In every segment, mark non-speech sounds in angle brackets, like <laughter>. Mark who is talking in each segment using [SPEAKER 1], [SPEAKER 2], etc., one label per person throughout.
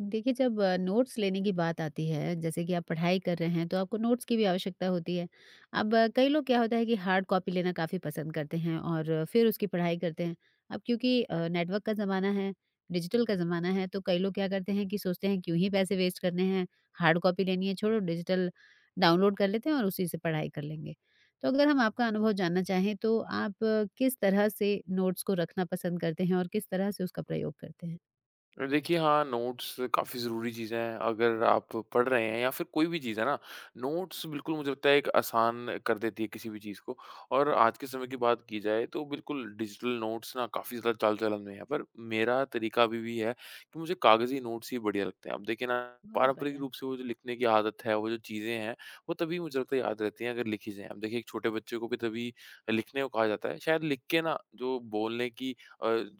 [SPEAKER 1] देखिए जब नोट्स लेने की बात आती है जैसे कि आप पढ़ाई कर रहे हैं तो आपको नोट्स की भी आवश्यकता होती है। अब कई लोग क्या होता है कि हार्ड कॉपी लेना काफ़ी पसंद करते हैं और फिर उसकी पढ़ाई करते हैं। अब क्योंकि नेटवर्क का ज़माना है, डिजिटल का ज़माना है तो कई लोग क्या करते हैं कि सोचते हैं क्यों ही पैसे वेस्ट करने हैं, हार्ड कॉपी लेनी है छोड़ो डिजिटल डाउनलोड कर लेते हैं और उसी से पढ़ाई कर लेंगे। तो अगर हम आपका अनुभव जानना चाहें तो आप किस तरह से नोट्स को रखना पसंद करते हैं और किस तरह से उसका प्रयोग करते हैं?
[SPEAKER 2] देखिए हाँ, नोट्स काफ़ी ज़रूरी चीज़ है, अगर आप पढ़ रहे हैं या फिर कोई भी चीज़ है ना, नोट्स बिल्कुल मुझे लगता है एक आसान कर देती है किसी भी चीज़ को और आज के समय की बात की जाए तो बिल्कुल डिजिटल नोट्स ना काफ़ी ज़्यादा चाल-चलन में है, पर मेरा तरीका अभी भी है कि मुझे कागज़ी नोट्स ही बढ़िया लगते हैं। अब देखिए ना,
[SPEAKER 1] बहुत
[SPEAKER 2] पारंपरिक
[SPEAKER 1] बढ़िया।
[SPEAKER 2] रूप से वो जो लिखने की आदत है, वो जो चीज़ें हैं, वो तभी मुझे लगता है याद रहती हैं अगर लिखी जाएँ। अब देखिए एक छोटे बच्चे को भी तभी लिखने को कहा जाता है, शायद लिख के ना जो बोलने की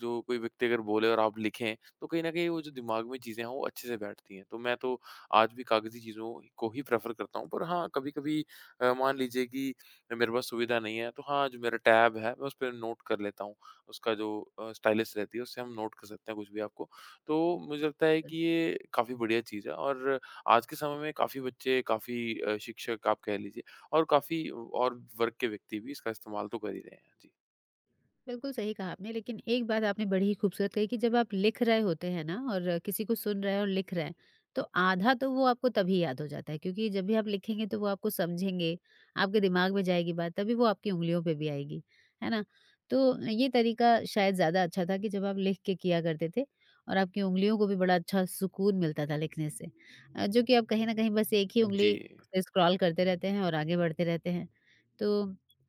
[SPEAKER 2] जो कोई व्यक्ति अगर बोले और आप लिखें, तो कहीं न कहीं वो जो दिमाग में चीज़ें हैं वो अच्छे से बैठती हैं। तो मैं तो आज भी कागज़ी चीज़ों को ही प्रेफ़र करता हूँ। पर हाँ, कभी-कभी मान लीजिए कि मेरे पास सुविधा नहीं है तो हाँ, जो मेरा टैब है मैं उस पे नोट कर लेता हूँ। उसका जो स्टाइलस रहती है उससे हम नोट कर सकते हैं कुछ भी आपको। तो मुझे लगता है कि ये काफ़ी बढ़िया चीज़ है और आज के समय में काफ़ी बच्चे, काफ़ी शिक्षक आप कह लीजिए और काफ़ी और वर्ग के व्यक्ति भी इसका इस्तेमाल तो कर ही रहे हैं। जी।
[SPEAKER 1] बिल्कुल सही कहा आपने लेकिन एक बात आपने बड़ी ही खूबसूरत कही कि जब आप लिख रहे होते हैं ना और किसी को सुन रहे हैं और लिख रहे हैं तो आधा तो वो आपको तभी याद हो जाता है क्योंकि जब भी आप लिखेंगे तो वो आपको समझेंगे आपके दिमाग में जाएगी बात तभी वो आपकी उंगलियों पे भी आएगी है ना तो ये तरीका शायद ज़्यादा अच्छा था कि जब आप लिख के किया करते थे और आपकी उंगलियों को भी बड़ा अच्छा सुकून मिलता था लिखने से जो कि आप कहीं ना कहीं बस एक ही
[SPEAKER 2] जी।
[SPEAKER 1] उंगली से स्क्रॉल करते रहते हैं और आगे बढ़ते रहते हैं तो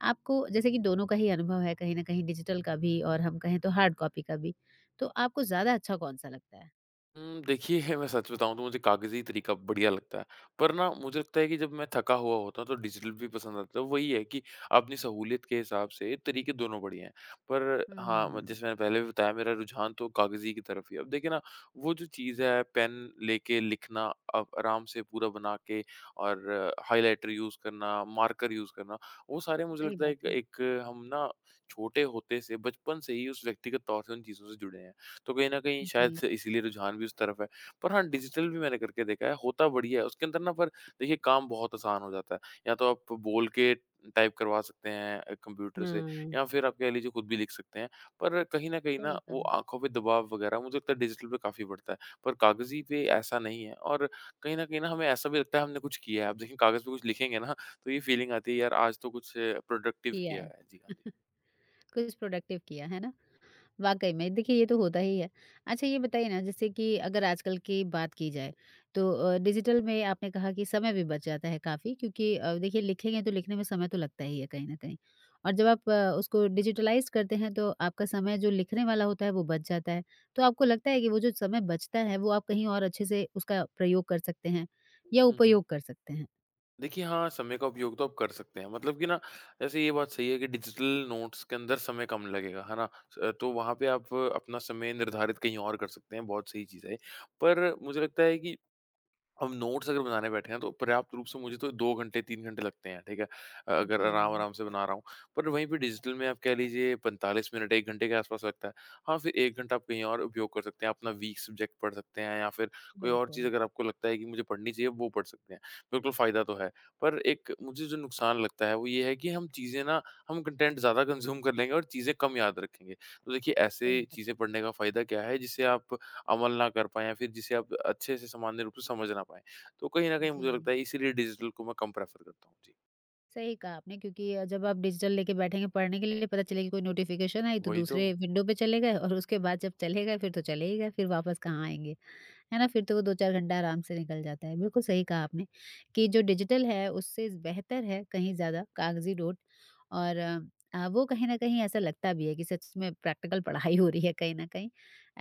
[SPEAKER 1] आपको जैसे कि दोनों का ही अनुभव है कहीं न कहीं डिजिटल का भी और हम कहें तो हार्ड कॉपी का भी, तो आपको ज़्यादा अच्छा कौन-सा लगता है?
[SPEAKER 2] देखिए मैं सच बताऊँ तो मुझे कागज़ी तरीका बढ़िया लगता है। पर ना मुझे लगता है कि जब मैं थका हुआ होता हूँ तो डिजिटल भी पसंद आता है। तो वही है कि अपनी सहूलियत के हिसाब से तरीके दोनों बढ़िया हैं। पर हाँ, म
[SPEAKER 1] हुँ,
[SPEAKER 2] जैसे मैंने पहले भी बताया मेरा रुझान तो कागज़ी की तरफ ही है। अब देखिए ना वो जो चीज़ है पेन लेके लिखना अब आराम से पूरा बना के और हाइलाइटर यूज़ करना, मार्कर यूज़ करना, वो सारे मुझे
[SPEAKER 1] सही
[SPEAKER 2] लगता है
[SPEAKER 1] बात
[SPEAKER 2] एक
[SPEAKER 1] है।
[SPEAKER 2] एक हम ना छोटे होते से बचपन से ही उस व्यक्तिगत तौर से उन चीज़ों से जुड़े हैं। तो कहीं न कहीं शायद
[SPEAKER 1] जी।
[SPEAKER 2] से इसीलिए रुझान भी उस तरफ है। पर हाँ, डिजिटल भी मैंने करके देखा है, होता बढ़िया है। उसके अंदर ना पर देखिए काम बहुत आसान हो जाता है। या तो आप बोल के टाइप करवा सकते हैं कंप्यूटर से
[SPEAKER 1] हाँ,
[SPEAKER 2] या फिर आप कह लीजिए खुद भी लिख सकते हैं। पर कहीं न कहीं ना
[SPEAKER 1] सही कहा,
[SPEAKER 2] वो आँखों पे दबाव वगैरह मुझे लगता है डिजिटल पे काफ़ी बढ़ता है। पर कागज़ी पे ऐसा नहीं है और कहीं न कहीं ना हमें ऐसा भी लगता है हमने कुछ किया है। आप देखिए कागज़ पे कुछ लिखेंगे ना तो ये फ़ीलिंग आती है यार आज तो कुछ प्रोडक्टिव
[SPEAKER 1] किया
[SPEAKER 2] किया
[SPEAKER 1] है,
[SPEAKER 2] है। जी, हाँ जी।
[SPEAKER 1] कुछ प्रोडक्टिव किया, है ना? वाकई में देखिए ये तो होता ही है। अच्छा ये बताइए ना जैसे कि अगर आजकल की बात की जाए तो डिजिटल में आपने कहा कि समय भी बच जाता है काफ़ी क्योंकि देखिए लिखेंगे तो लिखने में समय तो लगता ही है कहीं न कहीं। और जब आप उसको डिजिटलाइज़ करते हैं तो आपका समय जो लिखने वाला होता है वो बच जाता है। तो आपको लगता है कि वो जो समय बचता है वो आप कहीं और अच्छे से उसका प्रयोग कर सकते हैं
[SPEAKER 2] हुँ,
[SPEAKER 1] या
[SPEAKER 2] हुँ।
[SPEAKER 1] उपयोग कर सकते हैं?
[SPEAKER 2] देखिए हाँ, समय का उपयोग तो आप कर सकते हैं। मतलब कि ना जैसे ये बात सही है कि डिजिटल नोट्स के अंदर समय कम लगेगा, है ना? तो वहाँ पे आप अपना समय निर्धारित कहीं और कर सकते हैं, बहुत सही चीज़ है। पर मुझे लगता है कि हम नोट्स अगर बनाने बैठे हैं तो पर्याप्त रूप से मुझे तो 2 घंटे 3 घंटे लगते हैं, ठीक है? अगर
[SPEAKER 1] जी,
[SPEAKER 2] आराम-आराम से बना रहा हूँ। पर वहीं पे डिजिटल में आप कह लीजिए 45 मिनट 1 घंटे के आस-पास लगता है। हाँ, फिर 1 घंटा आप कहीं और उपयोग कर सकते हैं, अपना वीक सब्जेक्ट पढ़ सकते हैं या फिर कोई और चीज़
[SPEAKER 1] बिल्कुल।
[SPEAKER 2] अगर आपको लगता है कि मुझे पढ़नी चाहिए वो पढ़ सकते हैं। बिल्कुल फ़ायदा तो है, पर एक मुझे जो नुकसान लगता है वो ये है कि हम चीज़ें ना हम कंटेंट ज़्यादा कंज़्यूम कर लेंगे और चीज़ें कम याद रखेंगे। तो देखिए
[SPEAKER 1] सही
[SPEAKER 2] ऐसे
[SPEAKER 1] बात
[SPEAKER 2] चीज़ें
[SPEAKER 1] है।
[SPEAKER 2] पढ़ने का फ़ायदा क्या है जिससे आप अमल ना कर पाएँ या फिर जिसे आप अच्छे से सामान्य रूप से समझ ना पाएँ। तो कहीं न कहीं
[SPEAKER 1] जी।
[SPEAKER 2] मुझे लगता है इसीलिए डिजिटल को मैं कम प्रेफ़र करता हूँ। जी।
[SPEAKER 1] सही कहा आपने क्योंकि जब आप डिजिटल लेके बैठेंगे पढ़ने के लिए पता चलेगा कोई नोटिफिकेशन आई तो
[SPEAKER 2] वही तो।
[SPEAKER 1] दूसरे विंडो पे चले गए और उसके बाद जब चले गए फिर तो चले ही गए फिर वापस कहाँ आएंगे है ना? फिर तो वो 2-4 घंटा आराम से निकल जाता है। बिल्कुल सही कहा आपने कि जो डिजिटल है उससे बेहतर है कहीं ज़्यादा कागज़ी नोट और आ, वो कहीं न कहीं ऐसा लगता भी है कि सच में प्रैक्टिकल पढ़ाई हो रही है कहीं न कहीं,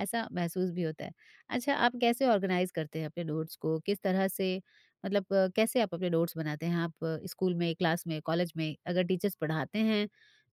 [SPEAKER 1] ऐसा महसूस भी होता है। अच्छा आप कैसे ऑर्गनाइज़ करते हैं अपने नोट्स को? किस तरह से मतलब कैसे आप अपने नोट्स बनाते हैं? आप स्कूल में, क्लास में, कॉलेज में अगर टीचर्स पढ़ाते हैं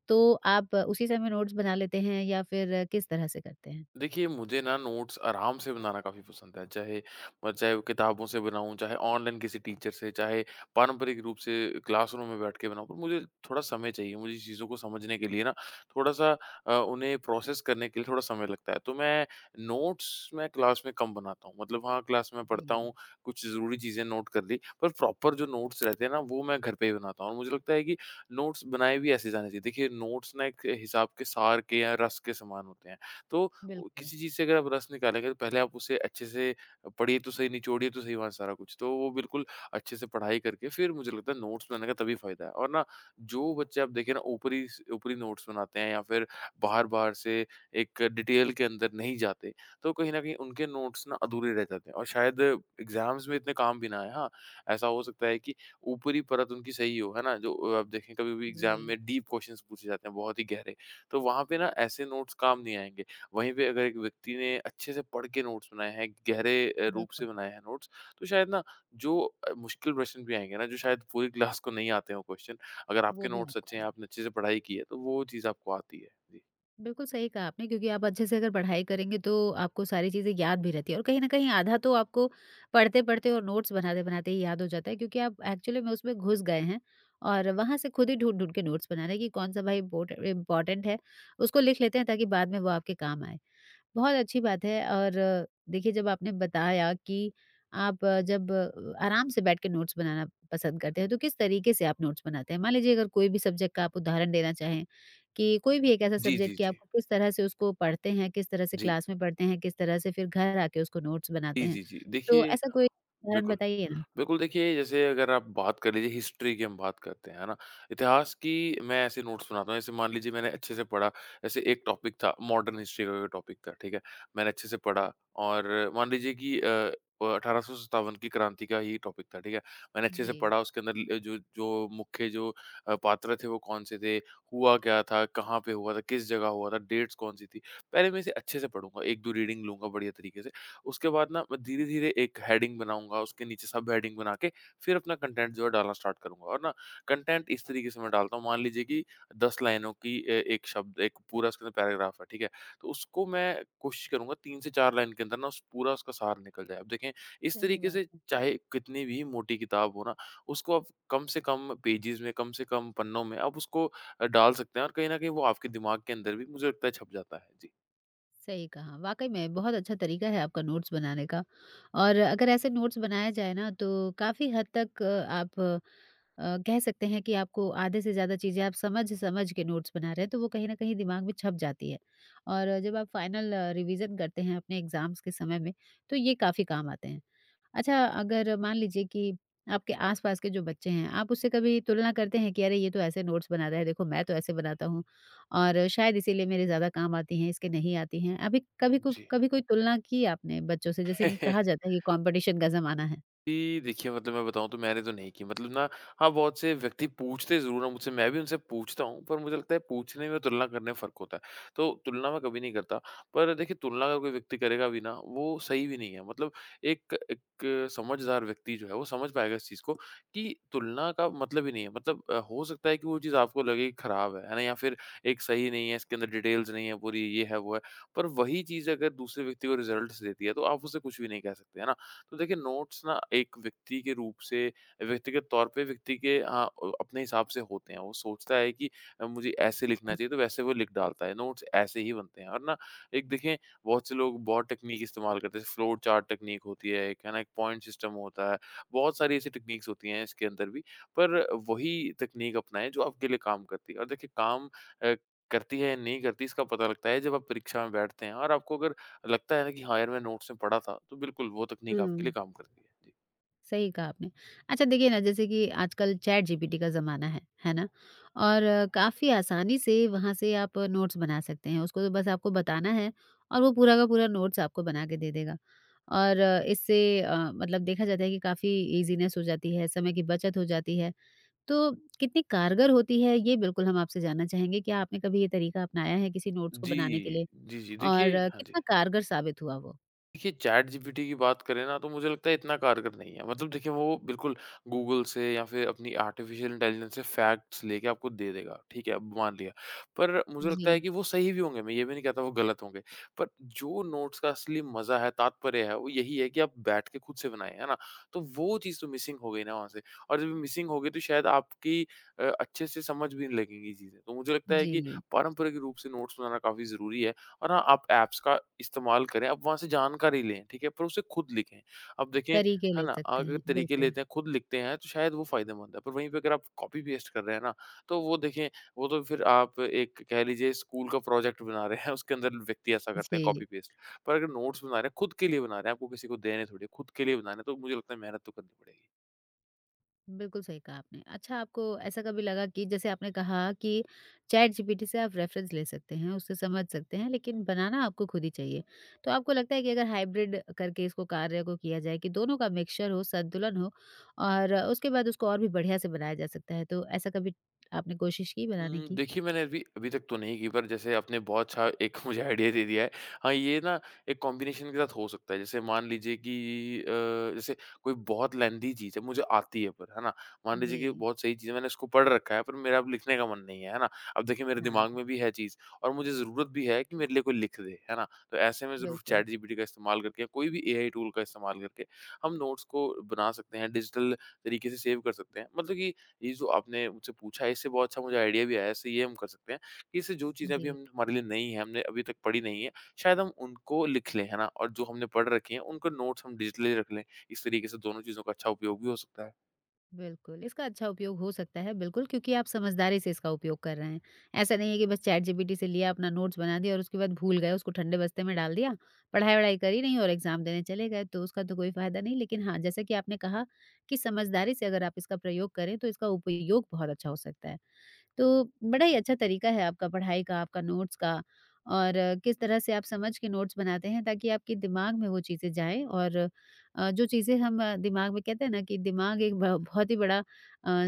[SPEAKER 1] तो आप उसी समय नोट्स बना लेते हैं या फिर किस तरह से करते हैं?
[SPEAKER 2] देखिए, मुझे ना नोट्स आराम से बनाना काफ़ी पसंद है। चाहे वो किताबों से बनाऊँ, चाहे ऑनलाइन किसी टीचर से, चाहे पारंपरिक रूप से क्लासरूम में बैठ के बनाऊँ। पर मुझे थोड़ा समय चाहिए, मुझे चीज़ों को समझने के लिए ना थोड़ा-सा उन्हें प्रोसेस करने के लिए थोड़ा समय लगता है। तो मैं नोट्स मैं क्लास में कम बनाता हूँ। मतलब हाँ, क्लास में पढ़ता
[SPEAKER 1] जी,
[SPEAKER 2] हूँ, कुछ ज़रूरी चीज़ें नोट कर ली, पर प्रॉपर जो नोट्स रहते हैं ना, वो मैं घर पे ही बनाता हूँ और मुझे लगता है कि नोट्स बनाए भी ऐसे जाने चाहिए। देखिए, नोट्स ना एक हिसाब के सार के या रस के समान होते हैं। तो वो
[SPEAKER 1] बिल्कुल।
[SPEAKER 2] किसी चीज़ से अगर आप रस निकालेंगे तो पहले आप उसे अच्छे से पढ़िए तो सही, निचोड़िए तो सही वहाँ सारा कुछ। तो वो बिल्कुल अच्छे से पढ़ाई करके फिर मुझे लगता है नोट्स बनाने का तभी फ़ायदा है। और ना जो बच्चे आप देखें ना ऊपरी नोट्स बनाते हैं या फिर बाहर-बाहर से एक डिटेल के अंदर नहीं जाते, तो कहीं न कहीं उनके नोट्स ना अधूरे रह जाते हैं और शायद एग्ज़ाम्स में इतने काम भी ना आए। हाँ, ऐसा हो सकता है कि ऊपरी परत उनकी सही हो, है ना? जो आप देखें कभी-कभी एग्ज़ाम
[SPEAKER 1] जी,
[SPEAKER 2] में डीप क्वेश्चन्स पूछे जाते हैं, बहुत ही गहरे। तो वहाँ पे ना ऐसे नोट्स काम नहीं आएँगे। वहीं पे अगर एक व्यक्ति ने अच्छे से पढ़ के नोट्स बनाए हैं, गहरे रूप से
[SPEAKER 1] बिल्कुल।
[SPEAKER 2] बनाए हैं नोट्स, तो शायद ना जो मुश्किल प्रश्न भी आएँगे ना, जो शायद पूरी क्लास को नहीं आते हों क्वेश्चन, अगर आपके
[SPEAKER 1] वो भी
[SPEAKER 2] नोट्स
[SPEAKER 1] आपको
[SPEAKER 2] अच्छे हैं,
[SPEAKER 1] आएँगे।
[SPEAKER 2] आपने अच्छे से पढ़ाई की है, तो वो चीज़ आपको आती है। जी।
[SPEAKER 1] बिल्कुल सही कहा आपने क्योंकि आप अच्छे से अगर पढ़ाई करेंगे तो आपको सारी चीज़ें याद भी रहती है और कहीं न कहीं आधा तो आपको पढ़ते-पढ़ते और नोट्स बनाते-बनाते ही याद हो जाता है क्योंकि आप एक्चुअली में उसमें घुस गए हैं और वहाँ से खुद ही ढूँढ-ढूँढ के नोट्स बना रहे हैं कि कौन-सा भाई इम्पोर्टेंट है, उसको लिख लेते हैं ताकि बाद में वो आपके काम आए। बहुत अच्छी बात है और देखिए जब आपने बताया कि आप जब आराम से बैठ के नोट्स बनाना पसंद करते हैं तो किस तरीके से आप नोट्स बनाते हैं? मान लीजिए अगर कोई भी सब्जेक्ट का आप उदाहरण देना चाहें कि कोई भी एक ऐसा
[SPEAKER 2] जी, जी,
[SPEAKER 1] सब्जेक्ट कि
[SPEAKER 2] जी।
[SPEAKER 1] आपको किस तरह से उसको पढ़ते हैं, किस तरह से
[SPEAKER 2] जी।
[SPEAKER 1] क्लास में पढ़ते हैं, किस तरह से फिर घर आके उसको नोट्स बनाते
[SPEAKER 2] जी,
[SPEAKER 1] हैं?
[SPEAKER 2] जी, जी।
[SPEAKER 1] तो
[SPEAKER 2] देखिए
[SPEAKER 1] ऐसा कोई उदाहरण
[SPEAKER 2] बिल्कुल।
[SPEAKER 1] बताइए ना।
[SPEAKER 2] बिल्कुल, देखिए जैसे अगर आप बात कर लीजिए हिस्ट्री की हम बात करते हैं, है ना? इतिहास की मैं ऐसे नोट्स बनाता हूँ, जैसे मान लीजिए मैंने अच्छे से पढ़ा, जैसे एक टॉपिक था मॉडर्न हिस्ट्री का टॉपिक था, ठीक है? मैंने अच्छे से पढ़ा और मान लीजिए कि 1857 की क्रांति का ही टॉपिक था, ठीक है? मैंने अच्छे से
[SPEAKER 1] जी,
[SPEAKER 2] पढ़ा उसके अंदर ल जो जो मुख्य जो अ, पात्र थे वो कौन-से थे, हुआ क्या था, कहाँ पे हुआ था, किस जगह हुआ था, डेट्स कौन-सी थी। पहले मैं इसे अच्छे से पढ़ूँगा, 1, 2 रीडिंग लूँगा बढ़िया तरीके से उसके बाद ना मैं धीरे-धीरे एक हेडिंग बनाऊँगा, उसके नीचे सब हेडिंग बना के फिर अपना कंटेंट जो है डालना स्टार्ट करूँगा और ना कंटेंट इस तरीके से मैं डालता हूँ मान लीजिए कि 10 लाइनों की ए एक शब्द एक पूरा उसके अंदर पैराग्राफ है, ठीक है? तो उसको मैं कोशिश करूँगा 3 से 4 लाइन के अंदर ना उस पूरा उसका सार निकल जाए। अब देखें इस
[SPEAKER 1] सही
[SPEAKER 2] तरीके
[SPEAKER 1] बात।
[SPEAKER 2] से
[SPEAKER 1] है।
[SPEAKER 2] चाहे कितनी भी मोटी किताब हो ना, उसको आप कम से कम पेजेज़ में, कम से कम पन्नों में आप उसको डाल सकते हैं और कहीं न कहीं वो आपके दिमाग के अंदर भी मुझे लगता है छप जाता है। जी।
[SPEAKER 1] सही कहा। वाक़ई में बहुत अच्छा तरीका है आपका नोट्स बनाने का और अगर ऐसे नोट्स बनाया जाए ना तो काफ़ी हद तक आप कह सकते हैं कि आपको आधे से ज़्यादा चीज़ें आप समझ-समझ के नोट्स बना रहे हैं तो वो कहीं न कहीं दिमाग में छप जाती है। और जब आप फाइनल रिवीज़न करते हैं अपने एग्ज़ाम्स के समय में तो ये काफ़ी काम आते हैं। अच्छा, अगर मान लीजिए कि आपके आस-पास के जो बच्चे हैं, आप उससे कभी तुलना करते हैं कि अरे! ये तो ऐसे नोट्स बनाता है, देखो मैं तो ऐसे बनाता हूँ और शायद इसीलिए मेरे ज़्यादा काम आती हैं, इसके नहीं आती हैं। अभी
[SPEAKER 2] जी।
[SPEAKER 1] कभी कोई तुलना की आपने बच्चों से जैसे कि कहा
[SPEAKER 2] <laughs>
[SPEAKER 1] जाता है कि कॉम्पिटिशन का ज़माना है?
[SPEAKER 2] जी, देखिए मतलब मैं बताऊँ तो मैंने तो नहीं की मतलब ना हाँ, बहुत से व्यक्ति पूछते ज़रूर हैं मुझसे, मैं भी उनसे पूछता हूँ, पर मुझे लगता है पूछने में और तुलना करने में फ़र्क होता है। तो तुलना मैं कभी नहीं करता, पर देखिए तुलना अगर कोई व्यक्ति करेगा भी ना, वो सही भी नहीं है। मतलब एक एक समझदार व्यक्ति जो है, वो समझ पाएगा इस चीज़ को कि तुलना का मतलब ही नहीं है। मतलब हो सकता है कि वो चीज़ आपको लगे कि खराब है ना? या फिर एक सही नहीं है, इसके अंदर डिटेल्स नहीं है पूरी, ये है, वो है। पर वही चीज़ अगर दूसरे व्यक्ति को रिज़ल्ट्स देती है, तो आप उससे कुछ भी नहीं कह सकते, है ना? तो देखिए नोट्स ना एक व्यक्ति के रूप से व्यक्ति के तौर पे व्यक्ति के हाँ, अपने हिसाब से होते हैं। वो सोचता है कि मुझे ऐसे लिखना चाहिए तो वैसे वो लिख डालता है। नोट्स ऐसे ही बनते हैं और ना एक देखें बहुत से लोग बहुत टेक्नीक इस्तेमाल करते हैं। फ्लो चार्ट टेक्नीक होती है एक, है ना? एक पॉइंट सिस्टम होता है। बहुत सारी ऐसी टेक्नीक्स होती हैं इसके अंदर भी। पर वही तकनीक अपनाएँ जो आपके लिए काम करती है और देखिए काम अ, करती है या नहीं करती इसका पता लगता है जब आप परीक्षा में बैठते हैं और आपको अगर लगता है ना कि हाँ यार, मैं नोट्स में पढ़ा था, तो बिल्कुल वो तकनीक आपके लिए
[SPEAKER 1] हुँ।
[SPEAKER 2] काम करती है। जी।
[SPEAKER 1] सही कहा आपने। अच्छा देखिए ना जैसे कि आजकल चैट जीपीटी का ज़माना है ना? और काफ़ी आसानी से वहाँ से आप नोट्स बना सकते हैं। उसको तो बस आपको बताना है और वो पूरा का पूरा नोट्स आपको बना के दे देगा। और इससे मतलब देखा जाता है कि काफ़ी ईज़ीनेस हो जाती है, समय की बचत हो जाती है। तो कितनी कारगर होती है ये बिल्कुल हम आपसे जानना चाहेंगे। क्या आपने कभी ये तरीका अपनाया है किसी नोट्स को
[SPEAKER 2] जी,
[SPEAKER 1] बनाने के लिए
[SPEAKER 2] जी, जी। देखिए
[SPEAKER 1] और
[SPEAKER 2] हाँ जी।
[SPEAKER 1] कितना कारगर साबित हुआ वो?
[SPEAKER 2] देखिए चैट जीपीटी की बात करें ना तो मुझे लगता है इतना कारगर नहीं है मतलब देखिए वो बिल्कुल गूगल से या फिर अपनी आर्टिफिशियल इंटेलिजेंस से फैक्ट्स लेके आपको दे देगा ठीक है अब मान लिया पर मुझे लगता है
[SPEAKER 1] जी,
[SPEAKER 2] कि वो सही भी होंगे मैं ये भी नहीं कहता वो गलत होंगे पर जो नोट्स का असली मजा है तात्पर्य है वो यही है कि आप बैठ के खुद से बनाए है ना तो वो चीज़ तो मिसिंग हो गई ना वहाँ से और जब मिसिंग हो गई तो शायद आपकी अच्छे से समझ भी नहीं लगेंगी चीज़ें तो मुझे लगता है कि
[SPEAKER 1] जी।
[SPEAKER 2] पारंपरिक रूप से नोट्स बनाना काफ़ी ज़रूरी है और हाँ, आप ऐप्स का इस्तेमाल करें, आप वहाँ से जानकारी लें, ठीक है? पर उसे खुद लिखें। अब देखें,
[SPEAKER 1] तरीके
[SPEAKER 2] है
[SPEAKER 1] ले
[SPEAKER 2] ना?
[SPEAKER 1] सकते
[SPEAKER 2] अगर
[SPEAKER 1] हैं,
[SPEAKER 2] तरीके
[SPEAKER 1] बिल्कुल।
[SPEAKER 2] लेते हैं, खुद लिखते हैं, तो शायद वो फ़ायदेमंद है। पर वहीं पे अगर आप कॉपी-पेस्ट कर रहे हैं ना, तो वो देखें, वो तो फिर आप एक कह लीजिए स्कूल का प्रोजेक्ट बना रहे हैं, उसके अंदर व्यक्ति ऐसा करते हैं
[SPEAKER 1] जी।
[SPEAKER 2] कॉपी-पेस्ट। पर अगर नोट्स बना रहे हैं, खुद के लिए बना रहे हैं, आपको किसी को देने थोड़ी है, खुद के लिए बना रहे हैं, तो मुझे लगता है मेहनत तो करनी पड़ेगी।
[SPEAKER 1] बिल्कुल सही कहा आपने। अच्छा आपको ऐसा कभी लगा कि जैसे आपने कहा कि चैट जीपीटी से आप रेफ़रेंस ले सकते हैं, उससे समझ सकते हैं, लेकिन बनाना आपको खुद ही चाहिए। तो आपको लगता है कि अगर हाइब्रिड करके इसको कार्य को किया जाए कि दोनों का मिक्सचर हो, संतुलन हो और उसके बाद उसको और भी बढ़िया से बनाया जा सकता है। तो ऐसा कभी आपने कोशिश की बनाने
[SPEAKER 2] हुँ,
[SPEAKER 1] की?
[SPEAKER 2] देखिए मैंने अभी अभी तक तो नहीं की पर जैसे आपने बहुत अच्छा एक <laughs> मुझे आइडिया दे दिया है। हाँ, ये ना एक कॉम्बिनेशन के साथ हो सकता है। जैसे मान लीजिए कि अ, जैसे कोई बहुत लेंथी चीज़ है मुझे आती है पर, है ना? मान लीजिए कि
[SPEAKER 1] जी।
[SPEAKER 2] बहुत सही चीज़ है मैंने उसको पढ़ रखा है पर मेरा अब लिखने का मन नहीं है, है ना? अब देखिए मेरे
[SPEAKER 1] हाँ,
[SPEAKER 2] दिमाग में भी है चीज़ और मुझे ज़रूरत भी है कि मेरे लिए कोई लिख दे, है ना? तो ऐसे में ज़रूर
[SPEAKER 1] बिल्कुल।
[SPEAKER 2] चैट जीपीटी का इस्तेमाल करके या कोई भी एआई टूल का इस्तेमाल करके हम नोट्स को बना सकते हैं, डिजिटल तरीके से सेव कर सकते हैं। मतलब कि ये जो आपने मुझसे पूछा है इससे बहुत अच्छा मुझे आइडिया भी आया। इससे ये हम कर सकते हैं कि इससे जो चीज़ें अभी
[SPEAKER 1] जी।
[SPEAKER 2] हम हमारे लिए नई हैं, हमने अभी तक पढ़ी नहीं है, शायद हम उनको लिख लें, है ना? और जो हमने पढ़ रखी हैं उनको नोट्स हम डिजिटली रख लें। इस तरीके से दोनों चीज़ों का अच्छा उपयोग भी हो सकता है।
[SPEAKER 1] बिल्कुल, इसका अच्छा उपयोग हो सकता है बिल्कुल क्योंकि आप समझदारी से इसका उपयोग कर रहे हैं। ऐसा नहीं है कि बस चैट जीपीटी से लिया, अपना नोट्स बना दिया और उसके बाद भूल गए, उसको ठंडे बस्ते में डाल दिया, पढ़ाई-वढ़ाई करी नहीं और एग्ज़ाम देने चले गए, तो उसका तो कोई फ़ायदा नहीं। लेकिन हाँ, जैसा कि आपने कहा कि समझदारी से अगर आप इसका प्रयोग करें, तो इसका उपयोग बहुत अच्छा हो सकता है। तो बड़ा ही अच्छा तरीका है आपका पढ़ाई का, आपका नोट्स का और किस तरह से आप समझ के नोट्स बनाते हैं ताकि आपके दिमाग में वो चीज़ें जाएँ और जो चीज़ें हम दिमाग में कहते हैं ना कि दिमाग एक ब बहुत ही बड़ा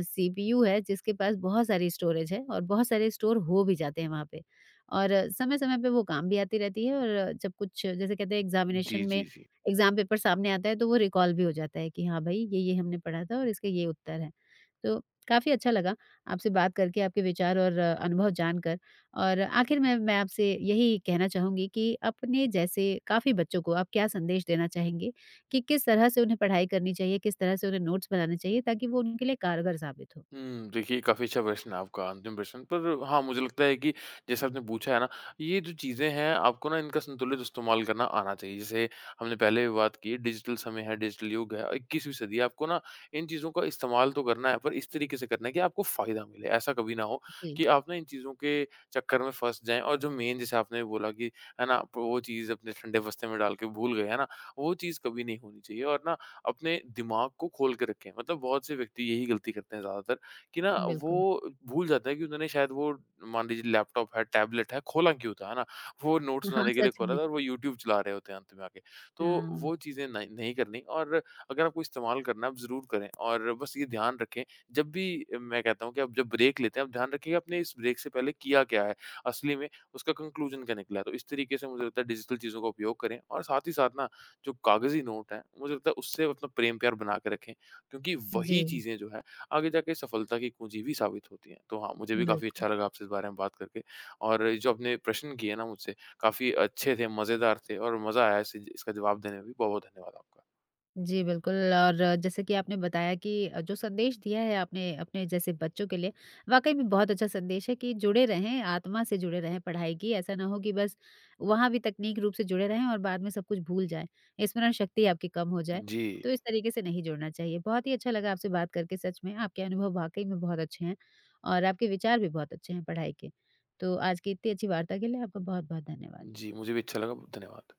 [SPEAKER 1] सीपीयू है जिसके पास बहुत सारी स्टोरेज है और बहुत सारे स्टोर हो भी जाते हैं वहाँ पे। और समय-समय पे वो काम भी आती रहती है और जब कुछ जैसे कहते हैं एग्ज़ामिनेशन
[SPEAKER 2] जी, जी,
[SPEAKER 1] में
[SPEAKER 2] जी।
[SPEAKER 1] एग्ज़ाम पेपर सामने आता है तो वो रिकॉल भी हो जाता है कि हाँ, भई ये-ये हमने पढ़ा था और इसका ये उत्तर है। तो काफ़ी अच्छा लगा। आपसे बात करके, आपके विचार और अनुभव जानकर और आखिर में मैं आपसे यही कहना चाहूँगी कि अपने जैसे काफ़ी बच्चों को आप क्या संदेश देना चाहेंगे कि किस तरह से उन्हें पढ़ाई करनी चाहिए, किस तरह से उन्हें नोट्स बनाने चाहिए ताकि वो उनके लिए कारगर साबित हो?
[SPEAKER 2] हुँ, देखिए काफ़ी अच्छा प्रश्न है आपका अंतिम प्रश्न। पर हाँ, मुझे लगता है कि जैसे आपने पूछा है ना, ये जो चीज़ें हैं आपको ना इनका संतुलित इस्तेमाल करना आना चाहिए। जैसे हमने पहले भी बात की डिजिटल समय है, डिजिटल युग है, 21वीं सदी है, आपको ना इन चीज़ों का इस्तेमाल तो करना है पर इस तरीके से करना है कि आपको फ़ायदा मिले। ऐसा कभी ना हो कि
[SPEAKER 1] जी,
[SPEAKER 2] आप ना इन चीज़ों के चक्कर में फँस जाएँ और जो मेन जैसे आपने बोला कि है ना, आप वो चीज़ अपने ठंडे बस्ते में डाल के भूल गए, है ना? वो चीज़ कभी नहीं होनी चाहिए और ना अपने दिमाग को खोल के रखें। मतलब बहुत से व्यक्ति यही गलती करते हैं ज़्यादातर कि ना वो
[SPEAKER 1] बिल्कुल।
[SPEAKER 2] भूल जाता है कि उन्होंने शायद वो मान लीजिए लैपटॉप है, टैबलेट है, खोला क्यों था, है ना? वो नोट्स
[SPEAKER 1] हाँ,
[SPEAKER 2] बनाने के लिए
[SPEAKER 1] सच
[SPEAKER 2] खोला था
[SPEAKER 1] में।
[SPEAKER 2] और वो यूट्यूब चला रहे होते हैं अंत में आके। तो
[SPEAKER 1] हाँ,
[SPEAKER 2] वो चीज़ें नहीं नहीं करनी और अगर आपको इस्तेमाल करना है आप ज़रूर करें और बस ये ध्यान रखें जब भी मैं कहता हूँ कि आप जब ब्रेक लेते हैं आप ध्यान रखिएगा आपने इस ब्रेक से पहले किया क्या है, असली में उसका कंक्लूजन क्या निकला है। तो इस तरीके से मुझे लगता है डिजिटल चीज़ों का उपयोग करें और साथ ही साथ ना जो कागज़ी नोट है, मुझे लगता है उससे अपना प्रेम-प्यार बना के रखें क्योंकि वही
[SPEAKER 1] जी,
[SPEAKER 2] चीज़ें जो है आगे जाके सफलता की कुंजी भी साबित होती है। तो हाँ, मुझे भी काफ़ी
[SPEAKER 1] बिल्कुल।
[SPEAKER 2] अच्छा लगा आपसे इस बारे में बात करके और जो आपने प्रश्न किए ना मुझसे काफ़ी अच्छे थे, मज़ेदार थे और मज़ा आया इसे इसका जवाब देने में भी। बहुत-बहुत धन्यवाद आपका।
[SPEAKER 1] जी, बिल्कुल और जैसे कि आपने बताया कि जो संदेश दिया है आपने अपने जैसे बच्चों के लिए, वाक़ई में बहुत अच्छा संदेश है कि जुड़े रहें, आत्मा से जुड़े रहें पढ़ाई की। ऐसा ना हो कि बस वहाँ भी तकनीक रूप से जुड़े रहें और बाद में सब कुछ भूल जाएँ, स्मरण शक्ति आपकी कम हो जाए।
[SPEAKER 2] जी।
[SPEAKER 1] तो इस तरीके से नहीं जुड़ना चाहिए। बहुत ही अच्छा लगा आपसे बात करके सच में, आपके अनुभव वाक़ई में बहुत अच्छे हैं और आपके विचार भी बहुत अच्छे हैं पढ़ाई के। तो आज की इतनी अच्छी वार्ता के लिए आपका बहुत-बहुत धन्यवाद।
[SPEAKER 2] जी, मुझे भी अच्छा लगा। धन्यवाद।